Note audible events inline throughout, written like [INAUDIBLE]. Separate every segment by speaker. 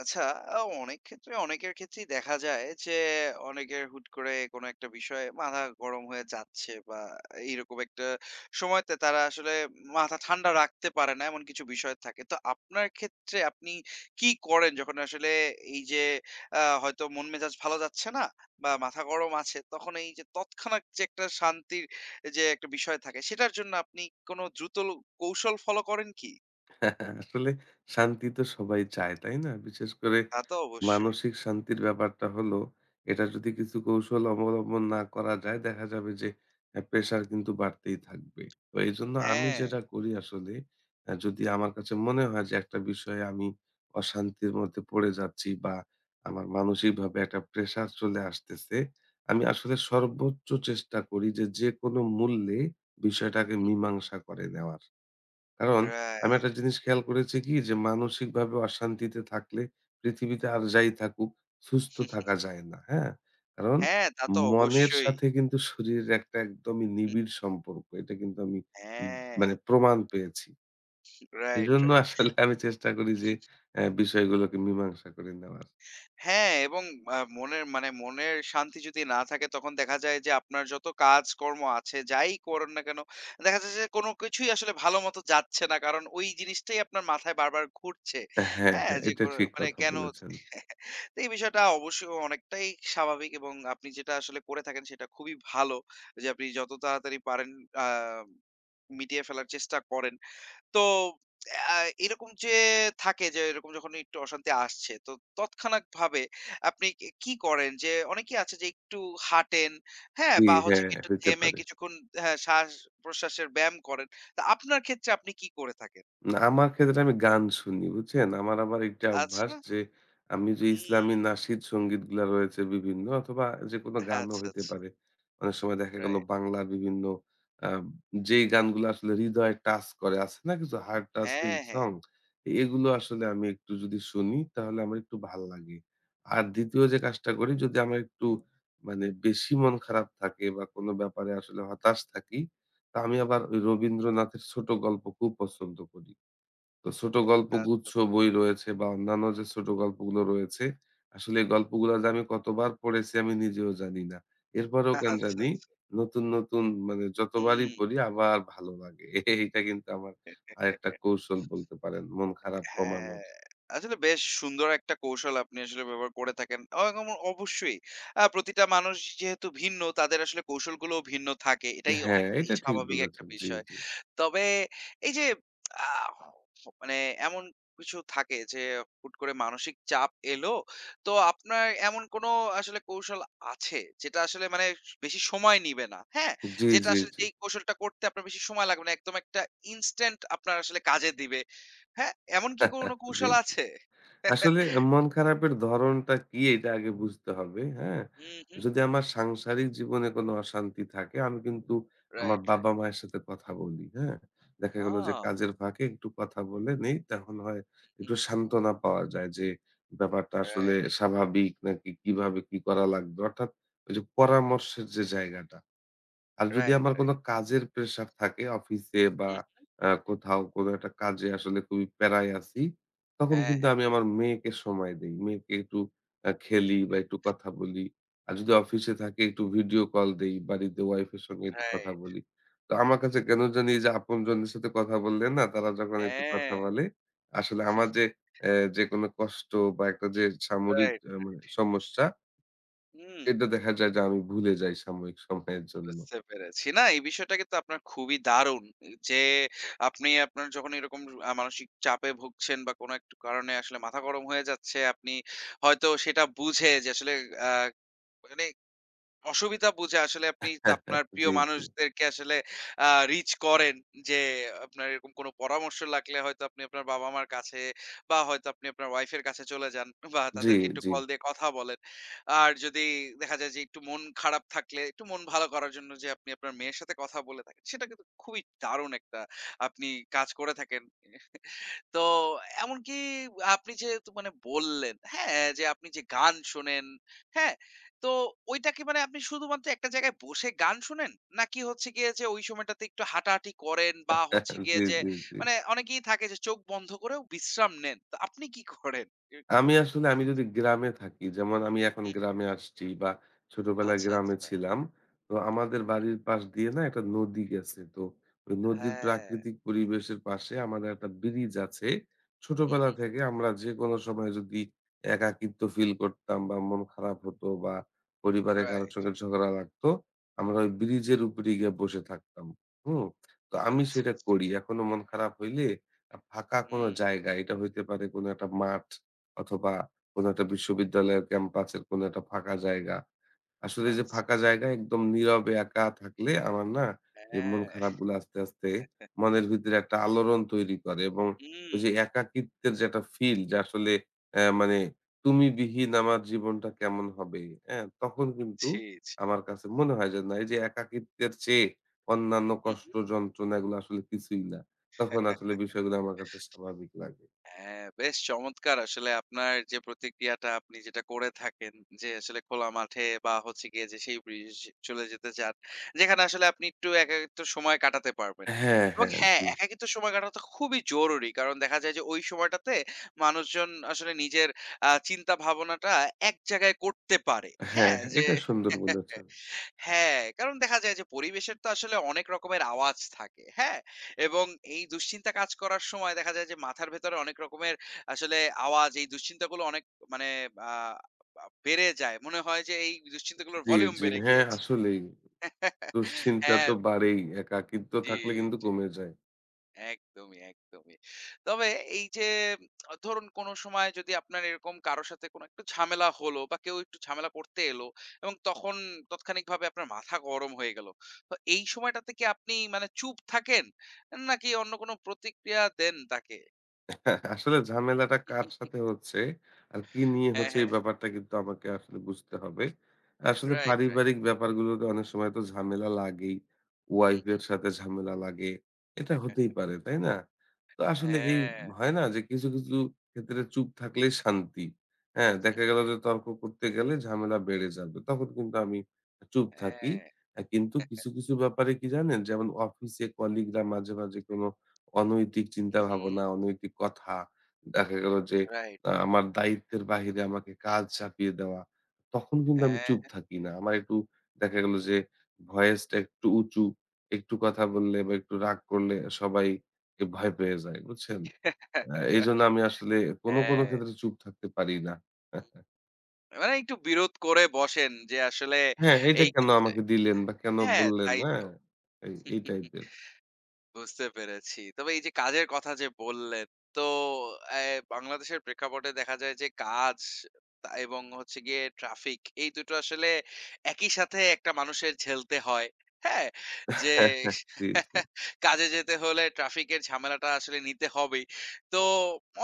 Speaker 1: আচ্ছা, আ অনেক ক্ষেত্রে অনেকের ক্ষেত্রেই দেখা যায় যে, অনেকের হুট করে কোনো একটা বিষয়ে মাথা গরম হয়ে যাচ্ছে বা এইরকম একটা সময়তে তারা আসলে মাথা ঠান্ডা রাখতে পারে না, এমন কিছু বিষয় থাকে। তো আপনার ক্ষেত্রে আপনি কি করেন যখন আসলে এই যে হয়তো মন মেজাজ ভালো যাচ্ছে না বা মাথা গরম আছে, তখন এই যে তৎক্ষণাৎ যে একটা শান্তির যে একটা বিষয় থাকে, সেটার জন্য আপনি কোনো দ্রুত কৌশল ফলো করেন কি?
Speaker 2: আসলে শান্তি তো সবাই চায়, তাই না? বিশেষ করে
Speaker 1: তা তো অবশ্যই।
Speaker 2: মানসিক শান্তির ব্যাপারটা হলো এটা যদি কিছু কৌশল অবলম্বন না করা যায় দেখা যাবে যে প্রেশার কিন্তু বাড়তেই থাকবে। তো এজন্য আমি
Speaker 1: হ্যাঁ।
Speaker 2: যেটা করি আসলে যদি আমার কাছে মনে হয় যে একটা বিষয়ে আমি অশান্তির মধ্যে পড়ে যাচ্ছি বা আমার মানসিকভাবে একটা প্রেশার চলে আসতেছে, আমি আসলে সর্বোচ্চ চেষ্টা করি যে যেকোনো মূল্যে বিষয়টাকে
Speaker 1: হু, হু।
Speaker 2: মীমাংসা করে নেওয়ার। কারণ আমি একটা
Speaker 1: রাইট।
Speaker 2: জিনিস খেয়াল করেছি কি যে মানসিকভাবে অশান্তিতে থাকলে পৃথিবীতে আর যাই থাকুক সুস্থ থাকা যায় না। হ্যাঁ? কারণ
Speaker 1: হ্যাঁ, তা তো
Speaker 2: মনের
Speaker 1: অবশ্যই।
Speaker 2: সাথে কিন্তু শরীরের একটা একদমই
Speaker 1: হুম,
Speaker 2: নিবিড় সম্পর্ক। এটা কিন্তু আমি উম
Speaker 1: হ্যাঁ,
Speaker 2: মানে প্রমাণ পেয়েছি।
Speaker 1: রাইট,
Speaker 2: এজন্য
Speaker 1: রাইট।
Speaker 2: আসলে আমি চেষ্টা করি যে বিষয়গুলোকে মীমাংসা করে নেওয়ার।
Speaker 1: হ্যাঁ, এবং মনের শান্তি যদি না থাকে তখন দেখা যায় যে আপনার যত কাজকর্ম আছে, যাই করেন না কেন, দেখা যাচ্ছে যে কোন কিছুই আসলে ভালোমতো যাচ্ছে না। কারণ ওই জিনিসটাই আপনার মাথায় বারবার ঘুরছে।
Speaker 2: হ্যাঁ,
Speaker 1: হ্যাঁ,
Speaker 2: হ্যাঁ,
Speaker 1: যে
Speaker 2: এটা
Speaker 1: কো
Speaker 2: ঠিক
Speaker 1: মানে
Speaker 2: কথা
Speaker 1: কেন
Speaker 2: বলেছেন।
Speaker 1: [LAUGHS] তো এই বিষয়টা অবশ্যই অনেকটাই স্বাভাবিক এবং আপনি যেটা আসলে করে থাকেন সেটা খুবই ভালো। যে আপনি যত তাড়াতাড়ি পারেন আ মিটিয়ে ফেলার চেষ্টা করেন। তো আ এরকম যে থাকে যে এরকম যখন একটু অশান্তি আসছে, তো তৎক্ষণাৎভাবে আপনি কি কি করেন? যে অনেকেই আছে যে একটু হাঁটেন, হ্যাঁ?
Speaker 2: জি,
Speaker 1: বা হচ্ছে
Speaker 2: হ্যাঁ,
Speaker 1: গিয়ে একটু
Speaker 2: হইতে
Speaker 1: থেমে
Speaker 2: পারে।
Speaker 1: কিছুক্ষণ হ্যাঁ, শ্বাস-প্রশ্বাসের ব্যায়াম করেন। তো আপনার ক্ষেত্রে আপনি কি করে থাকেন?
Speaker 2: না, আমার ক্ষেত্রে আমি গান শুনি, বুঝছেন? আমার আবার এইটা অভ্যাস
Speaker 1: আচ্ছা।
Speaker 2: যে, আমি যে ইসলামী
Speaker 1: হুম।
Speaker 2: নাশিদ সংগীতগুলা রয়েছে বিভিন্ন অথবা যেকোনো গানও
Speaker 1: আচ্ছা,
Speaker 2: হইতে
Speaker 1: আচ্ছা।
Speaker 2: পারে। অনেক সময় দেখা গেল
Speaker 1: রাইট।
Speaker 2: বাংলার বিভিন্ন আ যেই গানগুলো আসলে হৃদয় টাচ করে, আছে না কিছু হার্ট টাচিং
Speaker 1: হ্যাঁ, হ্যাঁ।
Speaker 2: সং? এগুলো আসলে আমি একটু যদি শুনি তাহলে আমার একটু ভাল লাগে। আর ২য় যে কাজটা করি যদি আমার একটু মানে বেশি মন খারাপ থাকে বা কোনো ব্যাপারে আসলে হতাশ থাকি, তা আমি আবার ওই
Speaker 1: হু, হু।
Speaker 2: রবীন্দ্রনাথের ছোট গল্প খুব পছন্দ করি। তো ছোট গল্পগুচ্ছ
Speaker 1: আচ্ছা,
Speaker 2: বই রয়েছে বা অন্যান্য যে ছোট গল্পগুলো রয়েছে, আসলে এই গল্পগুলা যে আমি কতবার পড়েছি আমি নিজেও জানি না। এরপরেও
Speaker 1: আচ্ছা,
Speaker 2: কেন
Speaker 1: আচ্ছা,
Speaker 2: জানি
Speaker 1: আচ্ছা।
Speaker 2: নতুন, নতুন মানে যতবারই
Speaker 1: হুম।
Speaker 2: পড়ি আবার ভালো লাগে। [LAUGHS] এইটা কিন্তু আমার আরেকটা কৌশল বলতে পারেন মন খারাপ
Speaker 1: হ্যাঁ,
Speaker 2: কমানোর।
Speaker 1: আসলে বেশ সুন্দর একটা কৌশল আপনি আসলে ব্যবহার করে থাকেন। এবং অবশ্যই। প্রতিটা মানুষ যেহেতু ভিন্ন তাদের আসলে কৌশলগুলোও ভিন্ন থাকে। এটাই
Speaker 2: হ্যাঁ,
Speaker 1: অনেকটাই
Speaker 2: এটা ঠিক
Speaker 1: স্বাভাবিক একটা
Speaker 2: বলেছেন। জি,
Speaker 1: বিষয়।
Speaker 2: জি।
Speaker 1: তবে এই যে আহ, মানে এমন কিছু থাকে যে হুট করে মানসিক চাপ এলো, তো আপনার এমন কোনো আসলে কৌশল আছে যেটা আসলে মানে বেশি সময় নিবে না, হ্যাঁ,
Speaker 2: জি,
Speaker 1: যেটা
Speaker 2: জি,
Speaker 1: আসলে
Speaker 2: জি।
Speaker 1: যেই কৌশলটা করতে আপনার বেশি সময় লাগবে না, একদম একটা ইনস্ট্যান্ট আপনার আসলে কাজে দিবে, হ্যাঁ, এমন কি কোনো
Speaker 2: [LAUGHS] জি।
Speaker 1: কৌশল আছে? [LAUGHS]
Speaker 2: আসলে মন খারাপের ধরনটা কি এটা আগে বুঝতে হবে। হ্যাঁ?
Speaker 1: হুম, হুম।
Speaker 2: যদি আমার সাংসারিক জীবনে কোনো অশান্তি থাকে আমি কিন্তু আমার
Speaker 1: রাইট, রাইট।
Speaker 2: বাবা-মায়ের সাথে কথা বলি। হ্যাঁ? দেখা গেল যে
Speaker 1: হ্যাঁ।
Speaker 2: কাজের ফাঁকে একটু কথা বলে নেই তখন হয় একটু সান্ত্বনা পাওয়া যায় যে ব্যাপারটা আসলে
Speaker 1: রাইট,
Speaker 2: স্বাভাবিক নাকি কিভাবে কি করা লাগবে। অর্থাৎ ওই যে পরামর্শের যে জায়গাটা আর যদি
Speaker 1: রাইট,
Speaker 2: আমার কোনো
Speaker 1: রাইট।
Speaker 2: কাজের প্রেশার থাকে অফিসে বা
Speaker 1: হুম।
Speaker 2: কোথাও কোনো একটা কাজে আসলে খুবই প্যারায় আছি, তখন
Speaker 1: হ্যাঁ,
Speaker 2: কিন্তু
Speaker 1: হ্যাঁ।
Speaker 2: আমি আমার মেয়েকে সময় দেই। মেয়েকে একটু খেলি বা একটু কথা বলি। আর যদি অফিসে থাকি একটু ভিডিও কল দেই, বাড়িতে ওয়াইফের সঙ্গে একটু কথা
Speaker 1: রাইট।
Speaker 2: বলি। তো আমার কাছে কেন জানি এই যে আপনজনদের সাথে কথা বললে না, তারা যখন একটু
Speaker 1: হ্যাঁ।
Speaker 2: কথা বলে, আসলে আমার যে যেকোনো কষ্ট বা একটা যে সামরিক
Speaker 1: রাইট।
Speaker 2: মানে সমস্যা,
Speaker 1: হুম।
Speaker 2: এটা দেখা যায় যে আমি ভুলে যাই সাময়িক সময়ের জন্য।
Speaker 1: বুঝতে পেরেছি। না, এই বিষয়টা কিন্তু আপনার খুবই দারুণ। যে আপনি আপনার যখন এরকম মানসিক চাপে ভুগছেন বা কোনো একটা কারণে আসলে মাথা গরম হয়ে যাচ্ছে, আপনি হয়তো সেটা বুঝে যে আসলে আ মানে অসুবিধা বুঝে আসলে আপনি তা আপনার প্রিয়
Speaker 2: জি, জি।
Speaker 1: মানুষদেরকে আসলে আ রিচ করেন যে আপনার এরকম কোনো পরামর্শ লাগলে হয়তো আপনি আপনার বাবা-মার কাছে বা হয়তো আপনি আপনার ওয়াইফের কাছে চলে যান [LAUGHS] বা
Speaker 2: জি,
Speaker 1: তাদেরকে একটু
Speaker 2: জি।
Speaker 1: কল দিয়ে কথা বলেন। আর যদি দেখা যায় যে একটু মন খারাপ থাকলে একটু মন ভালো করার জন্য যে আপনি আপনার মেয়ের সাথে কথা বলে থাকেন, সেটা কিন্তু খুবই দারুণ একটা আপনি কাজ করে থাকেন। তো এমনকি আপনি যেহেতু মানে বললেন, হ্যাঁ, যে আপনি যে গান শোনেন, হ্যাঁ? তো ওইটা কি মানে আপনি শুধুমাত্র একটা জায়গায় বসে গান শোনেন? নাকি হচ্ছে গিয়ে যে ওই সময়টাতে একটু হাঁটাহাঁটি করেন বা হচ্ছে
Speaker 2: [LAUGHS]
Speaker 1: গিয়ে
Speaker 2: জি,
Speaker 1: যে
Speaker 2: জি, জি।
Speaker 1: মানে অনেকেই থাকে যে চোখ বন্ধ করেও বিশ্রাম নেন। তো আপনি কি করেন?
Speaker 2: আমি আসলে আমি যদি গ্রামে থাকি, যেমন আমি এখন
Speaker 1: হুম,
Speaker 2: গ্রামে আসছি বা ছোটবেলায়
Speaker 1: আচ্ছা,
Speaker 2: গ্রামে
Speaker 1: আচ্ছা।
Speaker 2: ছিলাম। তো আমাদের
Speaker 1: হু, হু।
Speaker 2: বাড়ির পাশ দিয়ে না একটা নদী গেছে। তো ওই নদীর
Speaker 1: হ্যাঁ।
Speaker 2: প্রাকৃতিক পরিবেশের পাশে আমাদের একটা ব্রিজ আছে।
Speaker 1: হু,
Speaker 2: ছোটবেলা
Speaker 1: হু।
Speaker 2: থেকে আমরা যেকোনো সময় যদি একাকিত্ব ফিল করতাম বা মন খারাপ হতো বা পরিবারে কারো
Speaker 1: রাইট।
Speaker 2: সঙ্গে ঝগড়া লাগতো, আমরা ওই ব্রিজের উপরে গিয়ে বসে থাকতাম। হুম? তো
Speaker 1: আচ্ছা,
Speaker 2: আমি
Speaker 1: আচ্ছা।
Speaker 2: সেটা করি। এখনো মন খারাপ হইলে ফাঁকা কোনো
Speaker 1: হুম।
Speaker 2: জায়গা, এটা হইতে পারে কোনো একটা মাঠ অথবা কোনো একটা বিশ্ববিদ্যালয়ের ক্যাম্পাসের কোনো একটা ফাঁকা জায়গা। আসলে এই যে
Speaker 1: আচ্ছা,
Speaker 2: ফাঁকা
Speaker 1: আচ্ছা।
Speaker 2: জায়গায় একদম নীরবে একা থাকলে আমার না এই মন
Speaker 1: হ্যাঁ।
Speaker 2: খারাপগুলো আস্তে, আস্তে মনের ভিতরে একটা আলোড়ন তৈরি করে এবং ওই
Speaker 1: হুম।
Speaker 2: যে একাকিত্বের যে একটা ফিল যে আসলে মানে তুমি বিহীন আমার জীবনটা কেমন হবে, হ্যাঁ? তখন কিন্তু
Speaker 1: জি, জি।
Speaker 2: আমার কাছে মনে হয় যে না এই যে একাকিত্বের চেয়ে অন্যান্য
Speaker 1: হু,
Speaker 2: কষ্ট যন্ত্রণা এগুলো আসলে কিছুই না। তখন
Speaker 1: হু।
Speaker 2: আসলে বিষয়গুলো আমার কাছে স্বাভাবিক লাগে।
Speaker 1: হ্যাঁ, বেশ চমৎকার আসলে আপনার যে প্রতিক্রিয়াটা আপনি যেটা করে থাকেন, যে আসলে খোলা মাঠে বা হচ্ছে গিয়ে যে সেই bridge চলে যেতে চান। যেখানে আসলে আপনি একটু একাকিত্ব সময় কাটাতে পারবেন।
Speaker 2: হ্যাঁ,
Speaker 1: এবং
Speaker 2: হ্যাঁ।
Speaker 1: হ্যাঁ,
Speaker 2: জি।
Speaker 1: একাকিত্ব সময় কাটানো খুবই জরুরি। কারণ দেখা যায় যে ওই সময়টাতে মানুষজন আসলে নিজের চিন্তা ভাবনাটা এক জায়গায় করতে পারে।
Speaker 2: হ্যাঁ,
Speaker 1: হ্যাঁ, যে
Speaker 2: এটা সুন্দর
Speaker 1: [LAUGHS]
Speaker 2: বলেছেন।
Speaker 1: হ্যাঁ, কারণ দেখা যায় যে পরিবেশের তো আসলে অনেক রকমের আওয়াজ থাকে। হ্যাঁ? এবং এই দুশ্চিন্তা কাজ করার সময় দেখা যায় যে মাথার ভেতরে অনেক রকমের আসলে আওয়াজ, এই দুশ্চিন্তাগুলো অনেক মানে আ আ বেড়ে যায়। মনে হয় যে এই দুশ্চিন্তাগুলোর
Speaker 2: জি,
Speaker 1: ভলিউম
Speaker 2: জি।
Speaker 1: বেড়ে
Speaker 2: হ্যাঁ,
Speaker 1: গিয়েছে।
Speaker 2: আসলেই
Speaker 1: [LAUGHS]
Speaker 2: দুশ্চিন্তা
Speaker 1: হ্যাঁ,
Speaker 2: তো বাড়েই। একাকিত্ব
Speaker 1: জি,
Speaker 2: থাকলে কিন্তু
Speaker 1: জি।
Speaker 2: কমে যায়।
Speaker 1: একদমই, একদমই। তবে এই যে ধরুন কোন সময় যদি আপনার এরকম কারো সাথে কোন একটু ঝামেলা হলো বা কেউ একটু ঝামেলা করতে এলো এবং তখন তাৎক্ষণিকভাবে আপনার মাথা গরম হয়ে গেল। তো এই সময়টাতে কি আপনি মানে চুপ থাকেন? নাকি অন্য কোন প্রতিক্রিয়া দেন তাকে?
Speaker 2: আসলে ঝামেলাটা কার সাথে হচ্ছে আর কি নিয়ে
Speaker 1: হ্যাঁ,
Speaker 2: হচ্ছে
Speaker 1: হ্যাঁ।
Speaker 2: এই ব্যাপারটা কিন্তু আমাকে আসলে বুঝতে হবে। আসলে
Speaker 1: রাইট, রাইট।
Speaker 2: পারিবারিক ব্যাপারগুলোতে অনেক সময় তো ঝামেলা লাগেই।
Speaker 1: হুম,
Speaker 2: ওয়াইফ এর
Speaker 1: হুম।
Speaker 2: সাথে ঝামেলা লাগে। এটা হতেই
Speaker 1: হ্যাঁ।
Speaker 2: পারে, তাই না? তো আসলে এই হয় না যে কিছু, কিছু ক্ষেত্রে চুপ থাকলেই শান্তি। হ্যাঁ, দেখা গেল যে তর্ক করতে গেলে ঝামেলা বেড়ে যাবে। তখন কিন্তু আমি চুপ থাকি।
Speaker 1: হ্যাঁ।
Speaker 2: কিন্তু কিছু, কিছু ব্যাপারে কি জানেন যেমন অফিসে কলিগরা মাঝে, মাঝে কোন অনৈতিক
Speaker 1: হুম।
Speaker 2: চিন্তাভাবনা, অনৈতিক কথা, দেখা গেল যে
Speaker 1: রাইট, রাইট।
Speaker 2: আমার দায়িত্বের বাহিরে আমাকে কাজ চাপিয়ে দেওয়া। তখন কিন্তু আমি
Speaker 1: হ্যাঁ।
Speaker 2: চুপ থাকি না। আমার একটু দেখা গেল যে ভয়েসটা একটু উঁচু। একটু কথা বললে বা একটু রাগ করলে সবাই ভয় পেয়ে যায়। বুঝছেন? এজন্য আমি আসলে কোন, কোন
Speaker 1: হ্যাঁ।
Speaker 2: ক্ষেত্রে চুপ থাকতে পারি না। [LAUGHS]
Speaker 1: মানে একটু বিরোধ করে বসেন যে আসলে
Speaker 2: হ্যাঁ, এইটা
Speaker 1: এই
Speaker 2: কেন
Speaker 1: ক্ষেত্রে,
Speaker 2: আমাকে দিলেন বা কেন
Speaker 1: হ্যাঁ,
Speaker 2: বললেন?
Speaker 1: তাই
Speaker 2: হ্যাঁ,
Speaker 1: তো।
Speaker 2: এই টাইপের।
Speaker 1: বুঝতে পেরেছি। তবে এই যে কাজের কথা যে বললেন, তো অ্যা বাংলাদেশের প্রেক্ষাপটে দেখা যায় যে কাজ তা এবং হচ্ছে গিয়ে ট্রাফিক, এই দুটো আসলে একই সাথে একটা মানুষের ঝেলতে হয়। হ্যাঁ? যে
Speaker 2: [LAUGHS] জি, জি।
Speaker 1: [LAUGHS] কাজে যেতে হলে ট্রাফিকের ঝামেলাটা আসলে নিতে হবেই। তো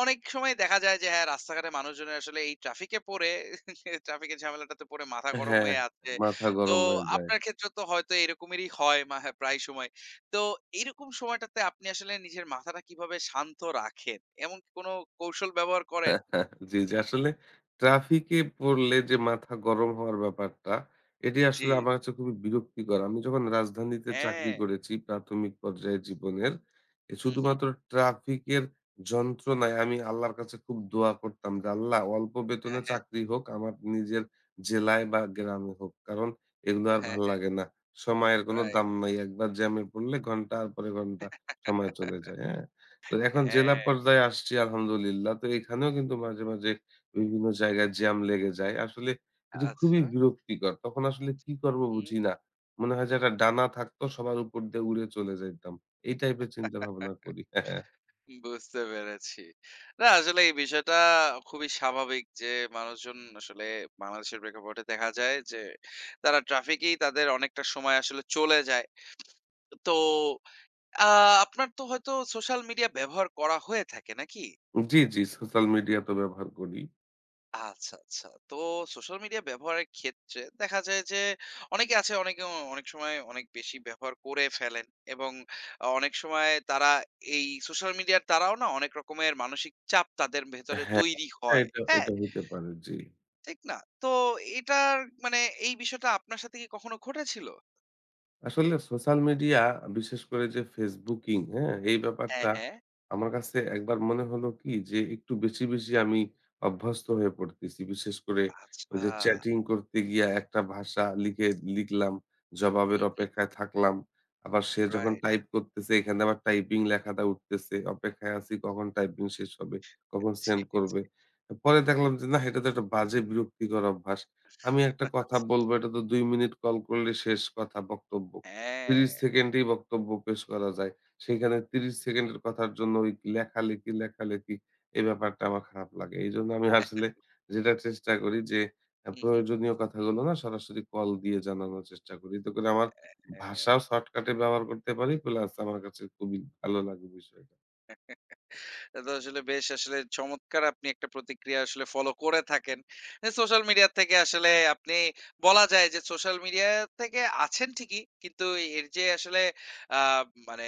Speaker 1: অনেক সময় দেখা যায় যে হ্যাঁ, রাস্তাঘাটে মানুষজনের আসলে এই ট্রাফিকে পড়ে [LAUGHS] ট্রাফিকের ঝামেলাটাতে পড়ে মাথা গরম
Speaker 2: হ্যাঁ,
Speaker 1: হয়ে আছে।
Speaker 2: মাথা
Speaker 1: তো
Speaker 2: গরম হয়ে যায়।
Speaker 1: আপনার ক্ষেত্রে তো হয়তো এরকমেরই হয় হ্যাঁ, প্রায় সময়। তো এইরকম সময়টাতে আপনি আসলে নিজের মাথাটা কিভাবে শান্ত রাখেন? এমন কি কোনো কৌশল ব্যবহার করেন?
Speaker 2: [LAUGHS] জি, জি। আসলে ট্রাফিকে পড়লে যে মাথা গরম হওয়ার ব্যাপারটা, এটি
Speaker 1: জি।
Speaker 2: আসলে আমার কাছে খুবই বিরক্তিকর। আমি যখন রাজধানীতে চাকরি
Speaker 1: হ্যাঁ।
Speaker 2: করেছি প্রাথমিক পর্যায়ে জীবনের,
Speaker 1: হুম, হুম।
Speaker 2: শুধুমাত্র ট্রাফিকের যন্ত্রণায় আমি আল্লাহর কাছে খুব দোয়া করতাম যে, "আল্লাহ অল্প বেতনে
Speaker 1: হ্যাঁ, হ্যাঁ।
Speaker 2: চাকরি হোক, আমার নিজের জেলায় বা গ্রামে হোক।" কারণ এগুলো
Speaker 1: হ্যাঁ,
Speaker 2: আর ভাল
Speaker 1: হ্যাঁ।
Speaker 2: লাগে না। সময়ের কোনো
Speaker 1: রাইট।
Speaker 2: দাম নাই। একবার জ্যামে পড়লে ঘন্টার পরে ঘন্টা সময় চলে যায়, হ্যাঁ? তো এখন জেলা
Speaker 1: হ্যাঁ,
Speaker 2: পর্যায়ে আসছি আলহামদুলিল্লাহ। তো এখানেও কিন্তু মাঝে, মাঝে বিভিন্ন জায়গায় জ্যাম লেগে যায়। আসলে এটা খুবই
Speaker 1: আচ্ছা।
Speaker 2: বিরক্তিকর। তখন আসলে কি করব বুঝি
Speaker 1: হুম।
Speaker 2: না। মনে হয় যে একটা ডানা থাকতো সবার উপর দিয়ে উড়ে চলে যাইতাম। এই টাইপের চিন্তা ভাবনা করি। হ্যাঁ
Speaker 1: বুঝতে পেরেছি। না, আসলে এই বিষয়টা খুবই স্বাভাবিক যে মানুষজন আসলে বাংলাদেশের প্রেক্ষাপটে দেখা যায় যে তারা ট্রাফিকেই তাদের অনেকটা সময় আসলে চলে যায়। তো আ আপনার তো হয়তো সোশ্যাল মিডিয়া ব্যবহার করা হয়ে থাকে, নাকি?
Speaker 2: জি, জি। সোশ্যাল মিডিয়া তো ব্যবহার করি।
Speaker 1: আচ্ছা, আচ্ছা। তো সোশ্যাল মিডিয়া ব্যবহারের ক্ষেত্রে দেখা যায় যে অনেকে আছে, অনেক সময় অনেক বেশি ব্যবহার করে ফেলেন এবং অনেক সময় তারা এই সোশ্যাল মিডিয়ার দ্বারাও না অনেক রকমের মানসিক চাপ তাদের ভেতরে
Speaker 2: হ্যাঁ,
Speaker 1: তৈরি হয়।
Speaker 2: এটা
Speaker 1: হ্যাঁ?
Speaker 2: এটা হইতে পারে। জি।
Speaker 1: ঠিক না? তো এটার মানে এই বিষয়টা আপনার সাথে কি কখনো ঘটেছিল?
Speaker 2: আসলে সোশ্যাল মিডিয়া বিশেষ করে যে ফেসবুকিং, হ্যাঁ? এই
Speaker 1: হ্যাঁ,
Speaker 2: ব্যাপারটা
Speaker 1: হ্যাঁ।
Speaker 2: আমার কাছে একবার মনে হলো কি যে একটু বেশি, বেশি আমি অভ্যস্ত হয়ে পড়তেছি। বিশেষ করে ওই
Speaker 1: আচ্ছা।
Speaker 2: যে চ্যাটিং করতে গিয়া একটা ভাষা লিখে লিখলাম, জবাবের
Speaker 1: হুম,
Speaker 2: অপেক্ষায় থাকলাম। আবার সে যখন
Speaker 1: রাইট।
Speaker 2: টাইপ করতেছে এখানে আবার টাইপিং লেখাটা উঠতেছে। অপেক্ষায় আছি কখন টাইপিং শেষ হবে, কখন
Speaker 1: জি,
Speaker 2: সেন্ড
Speaker 1: জি।
Speaker 2: করবে। পরে দেখলাম যে না এটা তো একটা বাজে বিরক্তিকর অভ্যাস। আমি একটা কথা
Speaker 1: আচ্ছা।
Speaker 2: বলবো, এটা তো ২ মিনিট কল করলে শেষ কথা বক্তব্য।
Speaker 1: হ্যাঁ।
Speaker 2: ৩০ সেকেন্ডেই বক্তব্য পেশ করা যায়। সেখানে ৩০ সেকেন্ডের কথার জন্য ওই লেখালেখি, লেখালেখি এই ব্যাপারটা আমার খারাপ লাগে। এইজন্য আমি আসলে যেটা চেষ্টা করি যে
Speaker 1: হু, হু।
Speaker 2: প্রয়োজনীয় কথাগুলো না সরাসরি কল দিয়ে জানানোর চেষ্টা করি। এতে করে আমার
Speaker 1: হ্যাঁ।
Speaker 2: ভাষাও শর্টকাটে ব্যবহার করতে পারি প্লাস আমার কাছে খুবই ভালো লাগে বিষয়টা।
Speaker 1: এটা তো আসলে বেশ আসলে চমৎকার আপনি একটা প্রতিক্রিয়া আসলে ফলো করে থাকেন। এ সোশ্যাল মিডিয়া থেকে আসলে আপনি বলা যায় যে সোশ্যাল মিডিয়া থেকে আছেন ঠিকই। কিন্তু এর যে আসলে আ মানে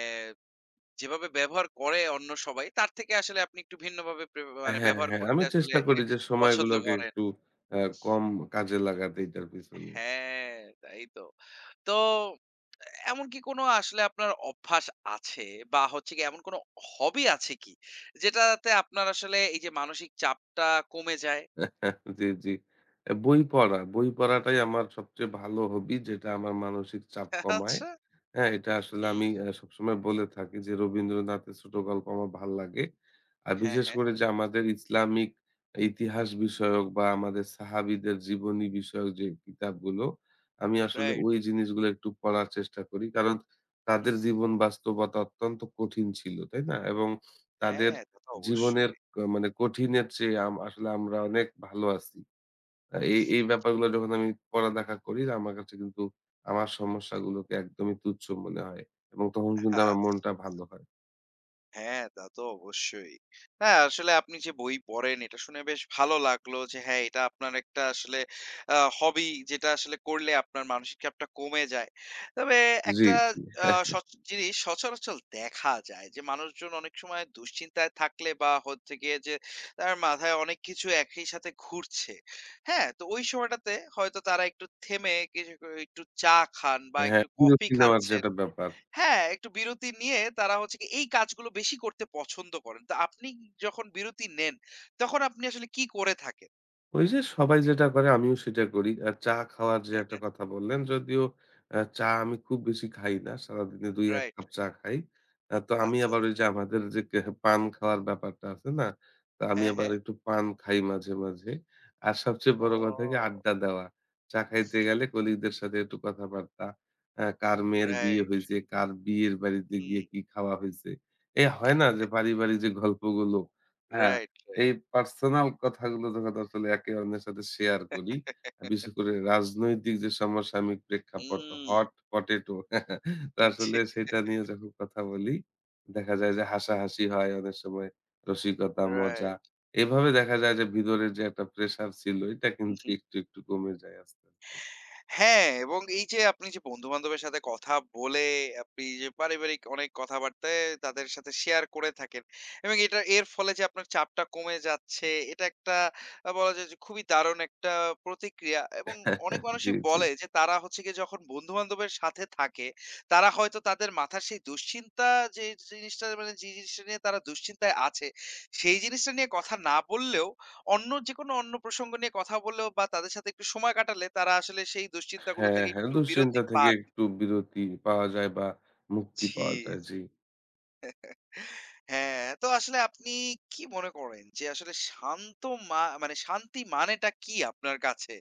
Speaker 1: যেভাবে ব্যবহার করে অন্য সবাই, তার থেকে আসলে আপনি একটু ভিন্নভাবে মানে
Speaker 2: হ্যাঁ,
Speaker 1: ব্যবহার
Speaker 2: হ্যাঁ।
Speaker 1: করতে
Speaker 2: আমি
Speaker 1: আসলে
Speaker 2: চেষ্টা করি যে
Speaker 1: পছন্দ
Speaker 2: সময়গুলোকে
Speaker 1: করেন।
Speaker 2: একটু আ কম কাজে লাগাতে এটার পিছনে।
Speaker 1: হ্যাঁ, তাই তো। তো এমন কি কোনো আসলে আপনার অভ্যাস আছে বা হচ্ছে গিয়ে এমন কোনো হবি আছে কি? যেটাতে আপনার আসলে এই যে মানসিক চাপটা কমে যায়?
Speaker 2: [LAUGHS] জি, জি। বই পড়া। বই পড়াটাই আমার সবচেয়ে ভালো হবি যেটা আমার মানসিক চাপ কমায়।
Speaker 1: আচ্ছা।
Speaker 2: হ্যাঁ? এটা আসলে
Speaker 1: হুম।
Speaker 2: আমি সবসময় বলে থাকি যে রবীন্দ্রনাথের ছোট গল্প আমার ভাল লাগে। আর
Speaker 1: হ্যাঁ,
Speaker 2: বিশেষ
Speaker 1: হ্যাঁ।
Speaker 2: করে যে আমাদের ইসলামিক ইতিহাস বিষয়ক বা আমাদের সাহাবীদের জীবনী বিষয়ক যে কিতাবগুলো, আমি আসলে
Speaker 1: রাইট।
Speaker 2: ওই জিনিসগুলো একটু পড়ার চেষ্টা করি। কারণ তাদের
Speaker 1: হুম।
Speaker 2: জীবন বাস্তবতা অত্যন্ত কঠিন ছিল, তাই না? এবং তাদের
Speaker 1: হ্যাঁ, তা তো
Speaker 2: জীবনের
Speaker 1: অবশ্যই।
Speaker 2: মানে কঠিনের চেয়ে আসলে আমরা অনেক ভালো আছি। এই, এই ব্যাপারগুলো যখন আমি পড়ালেখা করি আমার কাছে কিন্তু আমার সমস্যাগুলোকে একদমই তুচ্ছ মনে হয় এবং তখন কিন্তু
Speaker 1: আচ্ছা।
Speaker 2: আমার মনটা ভালো হয়।
Speaker 1: হ্যাঁ, তা তো অবশ্যই। হ্যাঁ, আসলে আপনি যে বই পড়েন এটা শুনে বেশ ভালো লাগলো যে হ্যাঁ, এটা আপনার একটা আসলে হবি যেটা আসলে করলে আপনার মানসিক চাপটা কমে যায়। তবে
Speaker 2: জি,
Speaker 1: একটা
Speaker 2: জি।
Speaker 1: আ
Speaker 2: [LAUGHS]
Speaker 1: জিনিস সচরাচর দেখা যায় যে মানুষজন অনেক সময় দুশ্চিন্তায় থাকলে বা হচ্ছে গিয়ে যে তার মাথায় অনেক কিছু একই সাথে ঘুরছে। হ্যাঁ, তো ওই সময়টাতে হয়তো তারা একটু থেমে কিছু একটু চা খান বা
Speaker 2: হ্যাঁ,
Speaker 1: একটু কফি
Speaker 2: বিরতি নেওয়ার যে
Speaker 1: খাচ্ছেন।
Speaker 2: একটা ব্যাপার।
Speaker 1: হ্যাঁ, একটু বিরতি নিয়ে তারা হচ্ছে গিয়ে এই কাজগুলো বেশি করতে পছন্দ করেন। তো আপনি যখন বিরতি নেন, তখন আপনি আসলে কি করে থাকেন?
Speaker 2: ওই যে সবাই যেটা করে আমিও সেটা করি। আর চা খাওয়ার যে একটা
Speaker 1: [LAUGHS]
Speaker 2: কথা বললেন, যদিও চা আমি খুব বেশি খাই না। সারাদিনে ২-১
Speaker 1: রাইট।
Speaker 2: কাপ চা খাই। তো আমি
Speaker 1: আচ্ছা,
Speaker 2: আবার ওই
Speaker 1: আচ্ছা।
Speaker 2: যে আমাদের যে পান খাওয়ার ব্যাপারটা আছে না? তো আমি
Speaker 1: হ্যাঁ,
Speaker 2: আবার
Speaker 1: হ্যাঁ।
Speaker 2: একটু পান খাই মাঝে, মাঝে। আর সবচেয়ে বড় কথা কি
Speaker 1: ও!
Speaker 2: আড্ডা দেওয়া। চা খাইতে গেলে কলিগদের সাথে একটু কথাবার্তা। কার মেয়ের বিয়ে
Speaker 1: রাইট।
Speaker 2: হইছে, কার বিয়ের বাড়িতে গিয়ে
Speaker 1: হুম।
Speaker 2: কি খাওয়া হইছে। হয় না যে পারিবারিক যে গল্পগুলো, হ্যাঁ?
Speaker 1: Right, right.
Speaker 2: এই পার্সোনাল কথাগুলো যখন আসলে একে অন্যের সাথে শেয়ার করি, বিশেষ করে রাজনৈতিক যে সমসাময়িক প্রেক্ষাপট
Speaker 1: হুম।
Speaker 2: হট পটেটো [LAUGHS] তো
Speaker 1: জি,
Speaker 2: আসলে সেটা নিয়ে যখন কথা বলি, দেখা যায় যে হাসাহাসি হয় অনেক সময়, রসিকতা, মজা।
Speaker 1: রাইট।
Speaker 2: এভাবে দেখা যায় যে ভিতরে যে একটা প্রেশার ছিল এটা কিন্তু একটু, একটু কমে যায় আস্তে, আস্তে।
Speaker 1: হ্যাঁ, এবং এই যে আপনি যে বন্ধু-বান্ধবের সাথে কথা বলে আপনি যে পারিবারিক অনেক কথাবার্তায় তাদের সাথে শেয়ার করে থাকেন এবং এটা এর ফলে যে আপনার চাপটা কমে যাচ্ছে, এটা একটা বলা যায় যে খুবই দারুণ একটা প্রতিক্রিয়া এবং অনেক
Speaker 2: [LAUGHS] জি,
Speaker 1: মানুষই
Speaker 2: জি।
Speaker 1: বলে যে তারা হচ্ছে গিয়ে যখন বন্ধু-বান্ধবের সাথে থাকে, তারা হয়তো তাদের মাথার সেই দুশ্চিন্তা, যে জিনিসটা মানে যে জিনিসটা নিয়ে তারা দুশ্চিন্তায় আছে, সেই জিনিসটা নিয়ে কথা না বললেও অন্য যেকোনো অন্য প্রসঙ্গ নিয়ে কথা বললেও বা তাদের সাথে একটু সময় কাটালে তারা আসলে সেই দুশ্চিন্তাগুলো
Speaker 2: হ্যাঁ,
Speaker 1: থেকে
Speaker 2: হ্যাঁ।
Speaker 1: একটু
Speaker 2: দুশ্চিন্তা
Speaker 1: বিরতি
Speaker 2: থেকে
Speaker 1: পান।
Speaker 2: একটু বিরতি পাওয়া যায় বা মুক্তি
Speaker 1: জি,
Speaker 2: পাওয়া যায়।
Speaker 1: জি।
Speaker 2: জি।
Speaker 1: হ্যাঁ, তো আসলে আপনি কি মনে করেন যে আসলে শান্ত মা মানে শান্তি মানেটা কি আপনার কাছে?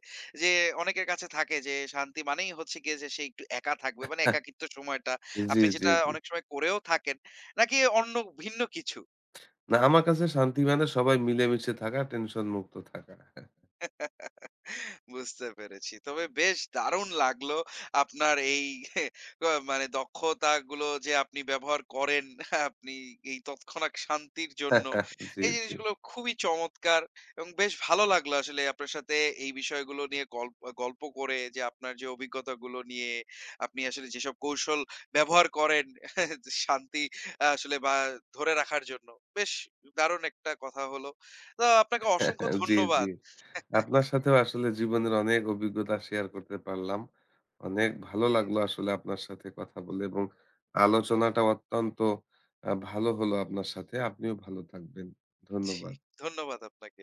Speaker 1: যে অনেকের কাছে থাকে যে শান্তি মানেই হচ্ছে গিয়ে যে সে একটু একা থাকবে মানে
Speaker 2: [LAUGHS]
Speaker 1: একাকিত্ব সময়টা।
Speaker 2: জি,
Speaker 1: আপনি
Speaker 2: জি,
Speaker 1: যেটা
Speaker 2: জি।
Speaker 1: অনেক সময় করেও থাকেন। নাকি অন্য ভিন্ন কিছু?
Speaker 2: না, আমার কাছে শান্তি মানে সবাই মিলেমিশে থাকা, টেনশন মুক্ত থাকা।
Speaker 1: বুঝতে পেরেছি। তবে বেশ দারুণ লাগলো আপনার এই [LAUGHS] মানে দক্ষতাগুলো যে আপনি ব্যবহার করেন, আপনি এই তৎক্ষণাৎ শান্তির জন্য।
Speaker 2: [LAUGHS] জি,
Speaker 1: এই
Speaker 2: জি।
Speaker 1: জিনিসগুলো খুবই চমৎকার এবং বেশ ভালো লাগলো আসলে আপনার সাথে এই বিষয়গুলো নিয়ে গল্প গল্প করে যে আপনার যে অভিজ্ঞতাগুলো নিয়ে আপনি আসলে যেসব কৌশল ব্যবহার করেন [LAUGHS] শান্তি আসলে বা ধরে রাখার জন্য। বেশ দারুণ একটা কথা হলো। তো আপনাকে অসংখ্য
Speaker 2: জি, জি।
Speaker 1: ধন্যবাদ।
Speaker 2: আপনার সাথেও আসলে জীবনের অনেক অভিজ্ঞতা শেয়ার করতে পারলাম। অনেক ভালো
Speaker 1: জি,
Speaker 2: লাগলো
Speaker 1: জি,
Speaker 2: আসলে আপনার সাথে কথা বলে এবং আলোচনাটা অত্যন্ত ভালো হলো আপনার সাথে। আপনিও ভালো থাকবেন।
Speaker 1: জি।
Speaker 2: ধন্যবাদ।
Speaker 1: ধন্যবাদ আপনাকে।